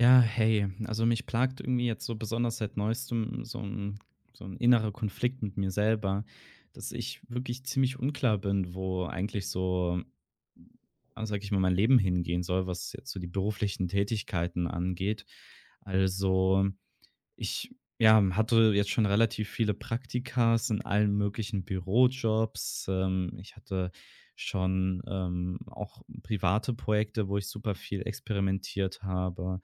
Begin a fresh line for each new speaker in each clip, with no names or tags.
Ja, hey, also mich plagt irgendwie jetzt so besonders seit Neuestem so 'n innerer Konflikt mit mir selber, dass ich wirklich ziemlich unklar bin, wo eigentlich so, sage ich mal, mein Leben hingehen soll, was jetzt so die beruflichen Tätigkeiten angeht. Also ich, ja, hatte jetzt schon relativ viele Praktikas in allen möglichen Bürojobs. Ich hatte schon, auch private Projekte, wo ich super viel experimentiert habe.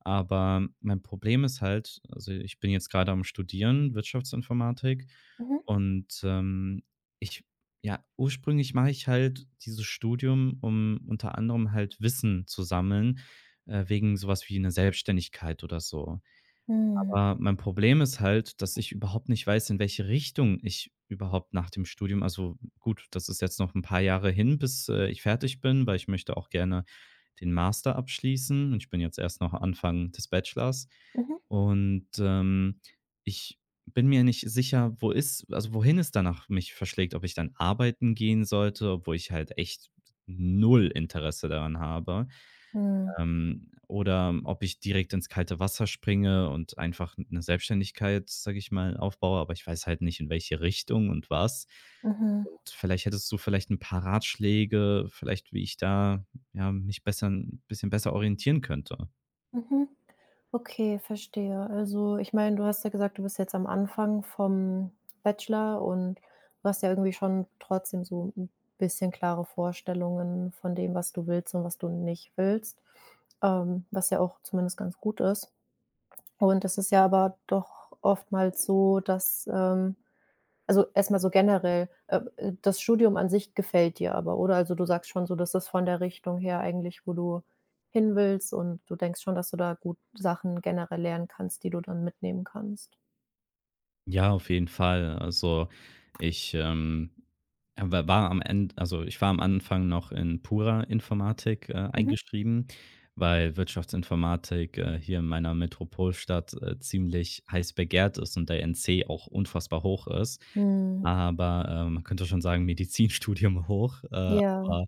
Aber mein Problem ist halt also, ich bin jetzt gerade am Studieren Wirtschaftsinformatik
Mhm.
und, ich ja, ursprünglich mache ich halt dieses Studium, um unter anderem halt Wissen zu sammeln, wegen sowas wie 'ne Selbstständigkeit oder so.
Mhm.
Aber mein Problem ist halt, dass ich überhaupt nicht weiß, in welche Richtung ich überhaupt nach dem Studium also, gut, das ist jetzt noch ein paar Jahre hin, bis, ich fertig bin, weil ich möchte auch gerne den Master abschließen und ich bin jetzt erst noch Anfang des Bachelors.
Mhm.
Und, ähm, ich bin mir nicht sicher, wo ist also, wohin es danach mich verschlägt, ob ich dann arbeiten gehen sollte, obwohl ich halt echt null Interesse daran habe.
Mhm.
Oder ob ich direkt ins kalte Wasser springe und einfach eine Selbstständigkeit, sage ich mal, aufbaue, aber ich weiß halt nicht, in welche Richtung und was.
Mhm.
Und vielleicht hättest du vielleicht ein paar Ratschläge, vielleicht wie ich da, ja, mich besser 'n bisschen besser orientieren könnte.
Mhm. Okay, verstehe. Also, ich meine, du hast ja gesagt, du bist jetzt am Anfang vom Bachelor und du hast ja irgendwie schon trotzdem so ein bisschen klare Vorstellungen von dem, was du willst und was du nicht willst, was ja auch zumindest ganz gut ist. Und es ist ja aber doch oftmals so, dass. Also, erstmal so generell, das Studium an sich gefällt dir aber, oder? Also, du sagst schon so, dass das von der Richtung her eigentlich, wo du hin willst und du denkst schon, dass du da gut Sachen generell lernen kannst, die du dann mitnehmen kannst.
Ja, auf jeden Fall. Also, ich, wa war am Ende, also, ich war am Anfang noch in purer Informatik,
Mhm.
eingeschrieben, weil Wirtschaftsinformatik, hier in meiner Metropolstadt, ziemlich heiß begehrt ist und der NC auch unfassbar hoch ist.
Mhm.
Aber, man könnte schon sagen, Medizinstudium hoch, äh,
Ja,
aber,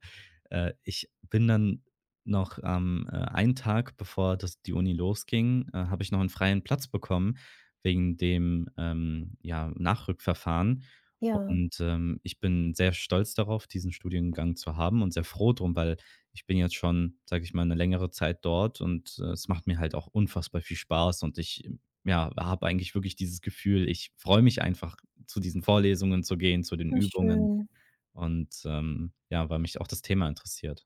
äh, ich bin dann noch am einen Tag, bevor das die Uni losging, habe ich noch einen freien Platz bekommen wegen dem, ja, Nachrückverfahren.
ja,
Und, ich bin sehr stolz darauf, diesen Studiengang zu haben und sehr froh drum, weil ich bin jetzt schon, sage ich mal, eine längere Zeit dort und, es macht mir halt auch unfassbar viel Spaß und ich, ja, habe eigentlich wirklich dieses Gefühl, ich freue mich einfach zu diesen Vorlesungen zu gehen, zu den
ja
Übungen
schön.
und, ja, weil mich auch das Thema interessiert.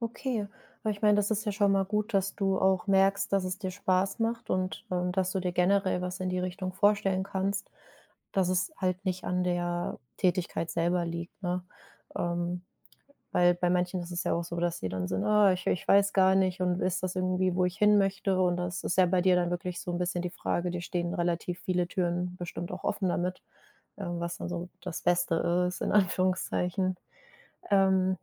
Okay. Aber ich meine, das ist ja schon mal gut, dass du auch merkst, dass es dir Spaß macht und, dass du dir generell was in die Richtung vorstellen kannst, dass es halt nicht an der Tätigkeit selber liegt, ne? Ähm, weil bei manchen ist es ja auch so, dass sie dann sind: „Ah, ich weiß gar nicht und ist das irgendwie, wo ich hin möchte?“ Und das ist ja bei dir dann wirklich so ein bisschen die Frage, dir stehen relativ viele Türen bestimmt auch offen damit, was dann so das Beste ist in Anführungszeichen. Ähm,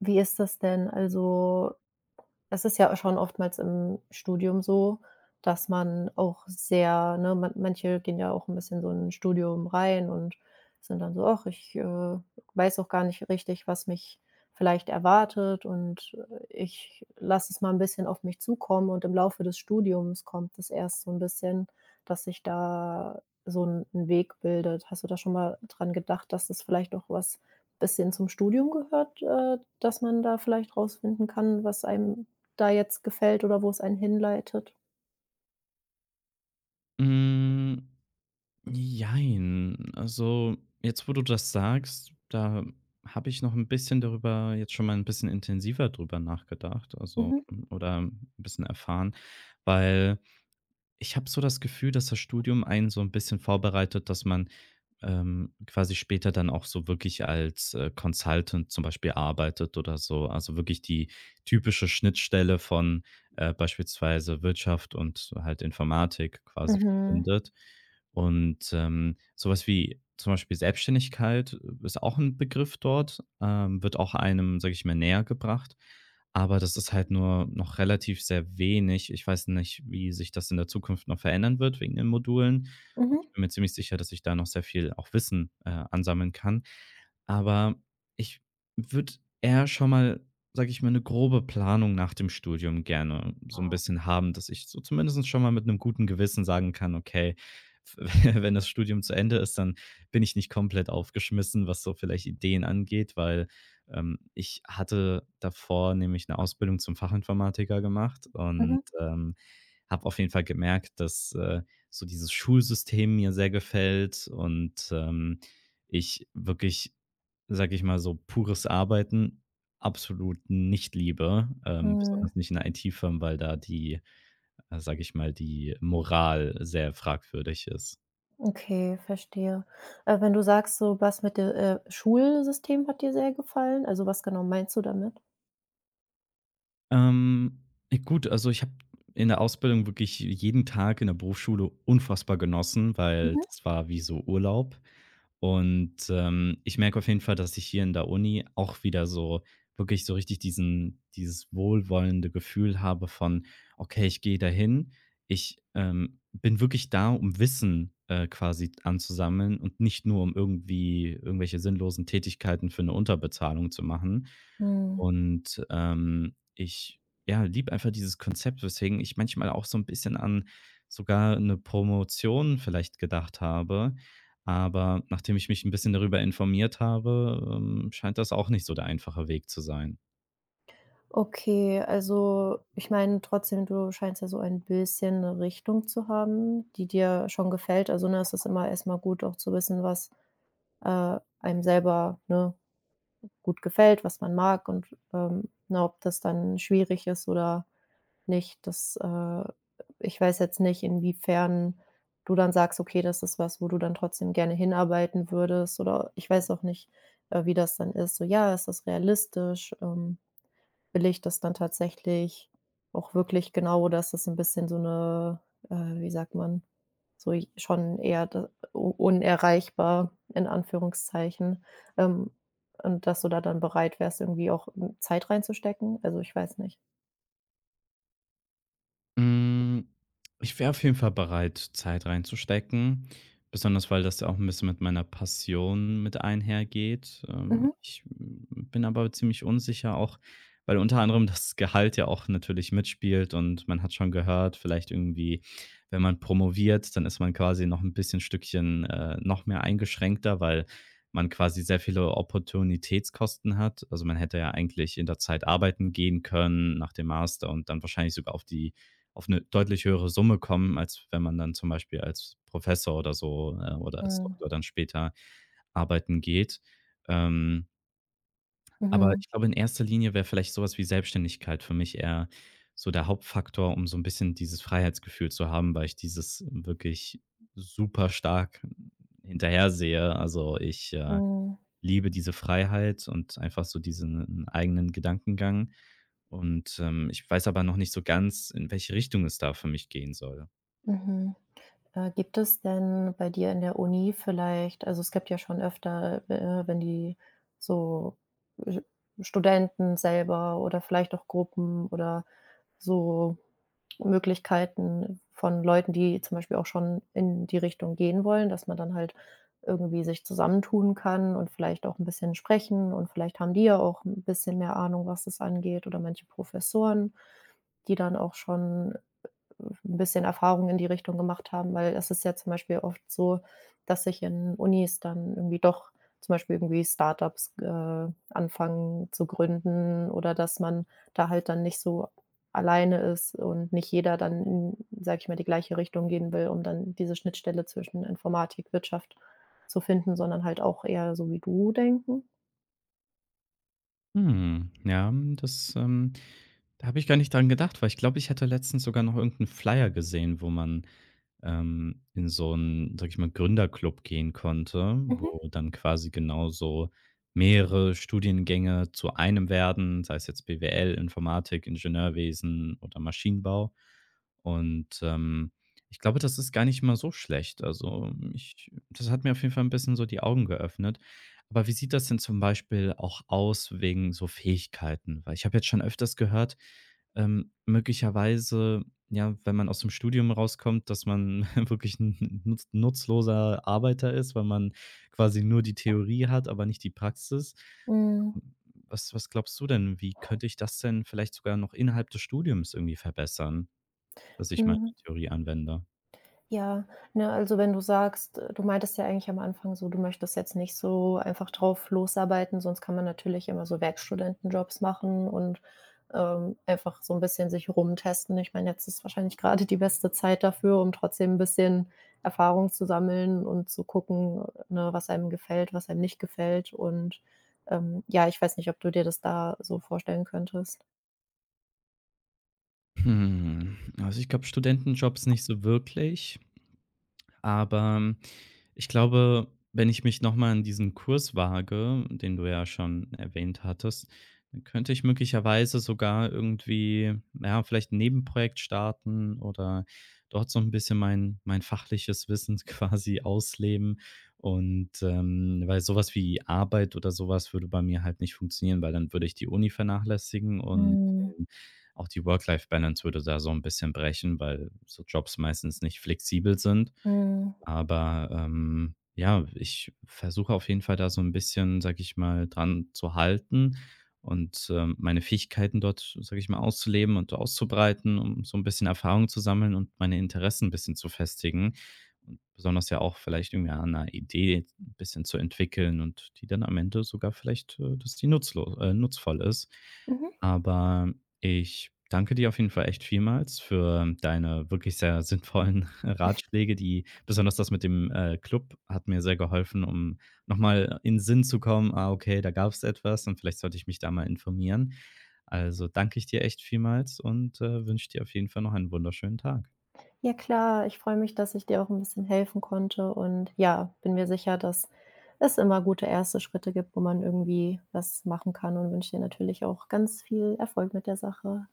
wie ist das denn? Also, es ist ja schon oftmals im Studium so, dass man auch sehr ne, man manche gehen ja auch ein bisschen so in ein Studium rein und sind dann so: „Ach, ich, weiß auch gar nicht richtig, was mich vielleicht erwartet und, ich lasse es mal ein bisschen auf mich zukommen.“ Und im Laufe des Studiums kommt es erst so ein bisschen, dass sich da so ein 'n Weg bildet. Hast du da schon mal dran gedacht, dass das vielleicht auch was bisschen zum Studium gehört, dass man da vielleicht rausfinden kann, was einem da jetzt gefällt oder wo es einen hinleitet.
Hm, Jein. Also, jetzt, wo du das sagst, da habe ich noch ein bisschen darüber jetzt schon mal ein bisschen intensiver drüber nachgedacht, also
Mhm,
oder ein bisschen erfahren, weil ich habe so das Gefühl, dass das Studium einen so ein bisschen vorbereitet, dass man, quasi später dann auch so wirklich als, Consultant zum Beispiel arbeitet oder so. Also, wirklich die typische Schnittstelle von, beispielsweise Wirtschaft und halt Informatik quasi
mhm,
verbindet. Und, so wie zum Beispiel Selbstständigkeit ist auch ein Begriff dort, wird auch einem, sage ich mal, näher gebracht, aber das ist halt nur noch relativ sehr wenig. Ich weiß nicht, wie sich das in der Zukunft noch verändern wird wegen den Modulen. Und
mhm,
ich bin mir ziemlich sicher, dass ich da noch sehr viel auch Wissen ansammeln kann. Aber ich würde eher schon mal, sage ich mal, eine grobe Planung nach dem Studium gerne so ein bisschen haben, dass ich so zumindest schon mal mit einem guten Gewissen sagen kann, okay, wenn das Studium zu Ende ist, dann bin ich nicht komplett aufgeschmissen, was so vielleicht Ideen angeht, weil ich hatte davor nämlich eine Ausbildung zum Fachinformatiker gemacht und,
mhm,
habe auf jeden Fall gemerkt, dass, so dieses Schulsystem mir sehr gefällt und, ich wirklich, sage ich mal so, pures Arbeiten absolut nicht liebe,
mhm.
besonders nicht in der it firma, weil da die, sage ich mal, die Moral sehr fragwürdig ist.
Okay, verstehe. Wenn du sagst, so was mit dem Schulsystem hat dir sehr gefallen, also, was genau meinst du damit?
Ähm, gut, also ich habe in der Ausbildung wirklich jeden Tag in der Berufsschule unfassbar genossen, weil
Mhm.
das war wie so Urlaub. Und, ich merke auf jeden Fall, dass ich hier in der Uni auch wieder so wirklich so richtig diesen dieses wohlwollende Gefühl habe von: „Okay, ich gehe dahin. Ich, bin wirklich da, um Wissen, quasi anzusammeln und nicht nur, um irgendwie irgendwelche sinnlosen Tätigkeiten für eine Unterbezahlung zu machen.“
Mhm.
Und, ähm ich, ja, liebe einfach dieses Konzept, weswegen ich manchmal auch so ein bisschen an sogar eine Promotion vielleicht gedacht habe. Aber nachdem ich mich ein bisschen darüber informiert habe, scheint das auch nicht so der einfache Weg zu sein.
Okay, also, ich meine trotzdem, du scheinst ja so ein bisschen 'ne Richtung zu haben, die dir schon gefällt. Also, ne, es ist immer erstmal gut auch zu wissen, was, einem selber, ne, gut gefällt, was man mag und, ne, ob das dann schwierig ist oder nicht. Das. Ich weiß jetzt nicht, inwiefern du dann sagst: „Okay, das ist was, wo du dann trotzdem gerne hinarbeiten würdest.“ Oder ich weiß auch nicht, wie das dann ist. So: „Ja, ist das realistisch?“ Ähm, will ich das dann tatsächlich auch wirklich genau, dass es ein bisschen so eine wie sagt man, so j schon eher d u unerreichbar in Anführungszeichen, ähm, und dass du da dann bereit wärst, irgendwie auch, hm, Zeit reinzustecken? Also, ich weiß nicht.
Hm, Ich wäre auf jeden Fall bereit, Zeit reinzustecken, besonders weil das ja auch ein bisschen mit meiner Passion mit einhergeht.
Mhm.
Ich bin aber ziemlich unsicher auch, weil unter anderem das Gehalt ja auch natürlich mitspielt und man hat schon gehört, vielleicht irgendwie, wenn man promoviert, dann ist man quasi noch ein bisschen Stückchen, noch mehr eingeschränkter, weil man quasi sehr viele Opportunitätskosten hat. Also, man hätte ja eigentlich in der Zeit arbeiten gehen können nach dem Master und dann wahrscheinlich sogar auf eine deutlich höhere Summe kommen, als wenn man dann zum Beispiel als Professor oder so, oder als
Mhm.
Doktor dann später arbeiten geht. Ähm, aber
Mhm.
ich glaube, in erster Linie wäre vielleicht sowas wie Selbstständigkeit für mich eher so der Hauptfaktor, um so ein bisschen dieses Freiheitsgefühl zu haben, weil ich dieses wirklich super stark hinterher sehe. Also, ich,
Mhm.
liebe diese Freiheit und einfach so diesen eigenen Gedankengang und, ich weiß aber noch nicht so ganz, in welche Richtung es da für mich gehen soll.
Mhm. Gibt es denn bei dir in der Uni vielleicht, also, es gibt ja schon öfter, wenn die so, äh, Studenten selber oder vielleicht auch Gruppen oder so, Möglichkeiten von Leuten, die zum Beispiel auch schon in die Richtung gehen wollen, dass man dann halt irgendwie sich zusammentun kann und vielleicht auch ein bisschen sprechen und vielleicht haben die ja auch ein bisschen mehr Ahnung, was das angeht, oder manche Professoren, die dann auch schon ein bisschen Erfahrung in die Richtung gemacht haben, weil das ist ja zum Beispiel oft so, dass sich in Unis dann irgendwie doch zum Beispiel irgendwie Startups anfangen zu gründen oder dass man da halt dann nicht so alleine ist und nicht jeder dann in, sage ich mal, die gleiche Richtung gehen will, um dann diese Schnittstelle zwischen Informatik, Wirtschaft zu finden, sondern halt auch eher so wie du denken.
Hm, ja, das, ähm da habe ich gar nicht dran gedacht, weil ich glaube, ich hätte letztens sogar noch irgendeinen Flyer gesehen, wo man in so einen, sage ich mal, Gründerclub gehen konnte,
Mhm.
wo dann quasi genau so mehrere Studiengänge zu einem werden, sei es jetzt BWL, Informatik, Ingenieurwesen oder Maschinenbau. Und, ich glaube, das ist gar nicht mal so schlecht. Also, ich, das hat mir auf jeden Fall ein bisschen so die Augen geöffnet. Aber wie sieht das denn zum Beispiel auch aus wegen so Fähigkeiten? Weil ich habe jetzt schon öfters gehört, möglicherweise ja, wenn man aus dem Studium rauskommt, dass man wirklich 'n nutzloser Arbeiter ist, weil man quasi nur die Theorie hat, aber nicht die Praxis.
Mhm.
Was glaubst du denn, wie könnte ich das denn vielleicht sogar noch innerhalb des Studiums irgendwie verbessern, dass ich meine
Mhm.
Theorie anwende?
Ja, ne, also wenn du sagst, du meintest ja eigentlich am Anfang so, du möchtest jetzt nicht so einfach drauf losarbeiten, sonst kann man natürlich immer so Werkstudentenjobs machen und, einfach so ein bisschen sich rumtesten. Ich meine, jetzt ist wahrscheinlich gerade die beste Zeit dafür, um trotzdem ein bisschen Erfahrung zu sammeln und zu gucken, ne, was einem gefällt, was einem nicht gefällt. Und, ja, ich weiß nicht, ob du dir das da so vorstellen könntest.
Hm, also, ich glaube, Studentenjobs nicht so wirklich. Aber ich glaube, wenn ich mich noch mal an diesen Kurs wage, den du ja schon erwähnt hattest, dann könnte ich möglicherweise sogar irgendwie, ja, vielleicht ein Nebenprojekt starten oder dort so ein bisschen mein fachliches Wissen quasi ausleben. Weil sowas wie Arbeit oder sowas würde bei mir halt nicht funktionieren, weil dann würde ich die Uni vernachlässigen und,
Mhm.
ähm, auch die Work-Life-Balance würde da so ein bisschen brechen, weil so Jobs meistens nicht flexibel sind.
Mhm.
Aber, ja, ich versuche auf jeden Fall da so ein bisschen, sage ich mal, dran zu halten und, meine Fähigkeiten dort, sage ich mal, auszuleben und auszubreiten, um so ein bisschen Erfahrung zu sammeln und meine Interessen 'n bisschen zu festigen und besonders ja auch vielleicht irgendwie an einer Idee 'n bisschen zu entwickeln und die dann am Ende sogar vielleicht, dass die nutzlos nutzvoll ist.
Mhm.
Aber ich danke dir auf jeden Fall echt vielmals für deine wirklich sehr sinnvollen Ratschläge, die besonders das mit dem, Club hat mir sehr geholfen, um nochmal in Sinn zu kommen: „Ah, okay, da gab es etwas und vielleicht sollte ich mich da mal informieren.“ Also, danke ich dir echt vielmals und, wünsche dir auf jeden Fall noch einen wunderschönen Tag.
Ja klar, ich freue mich, dass ich dir auch ein bisschen helfen konnte und ja, bin mir sicher, dass es immer gute erste Schritte gibt, wo man irgendwie was machen kann, und wünsche dir natürlich auch ganz viel Erfolg mit der Sache.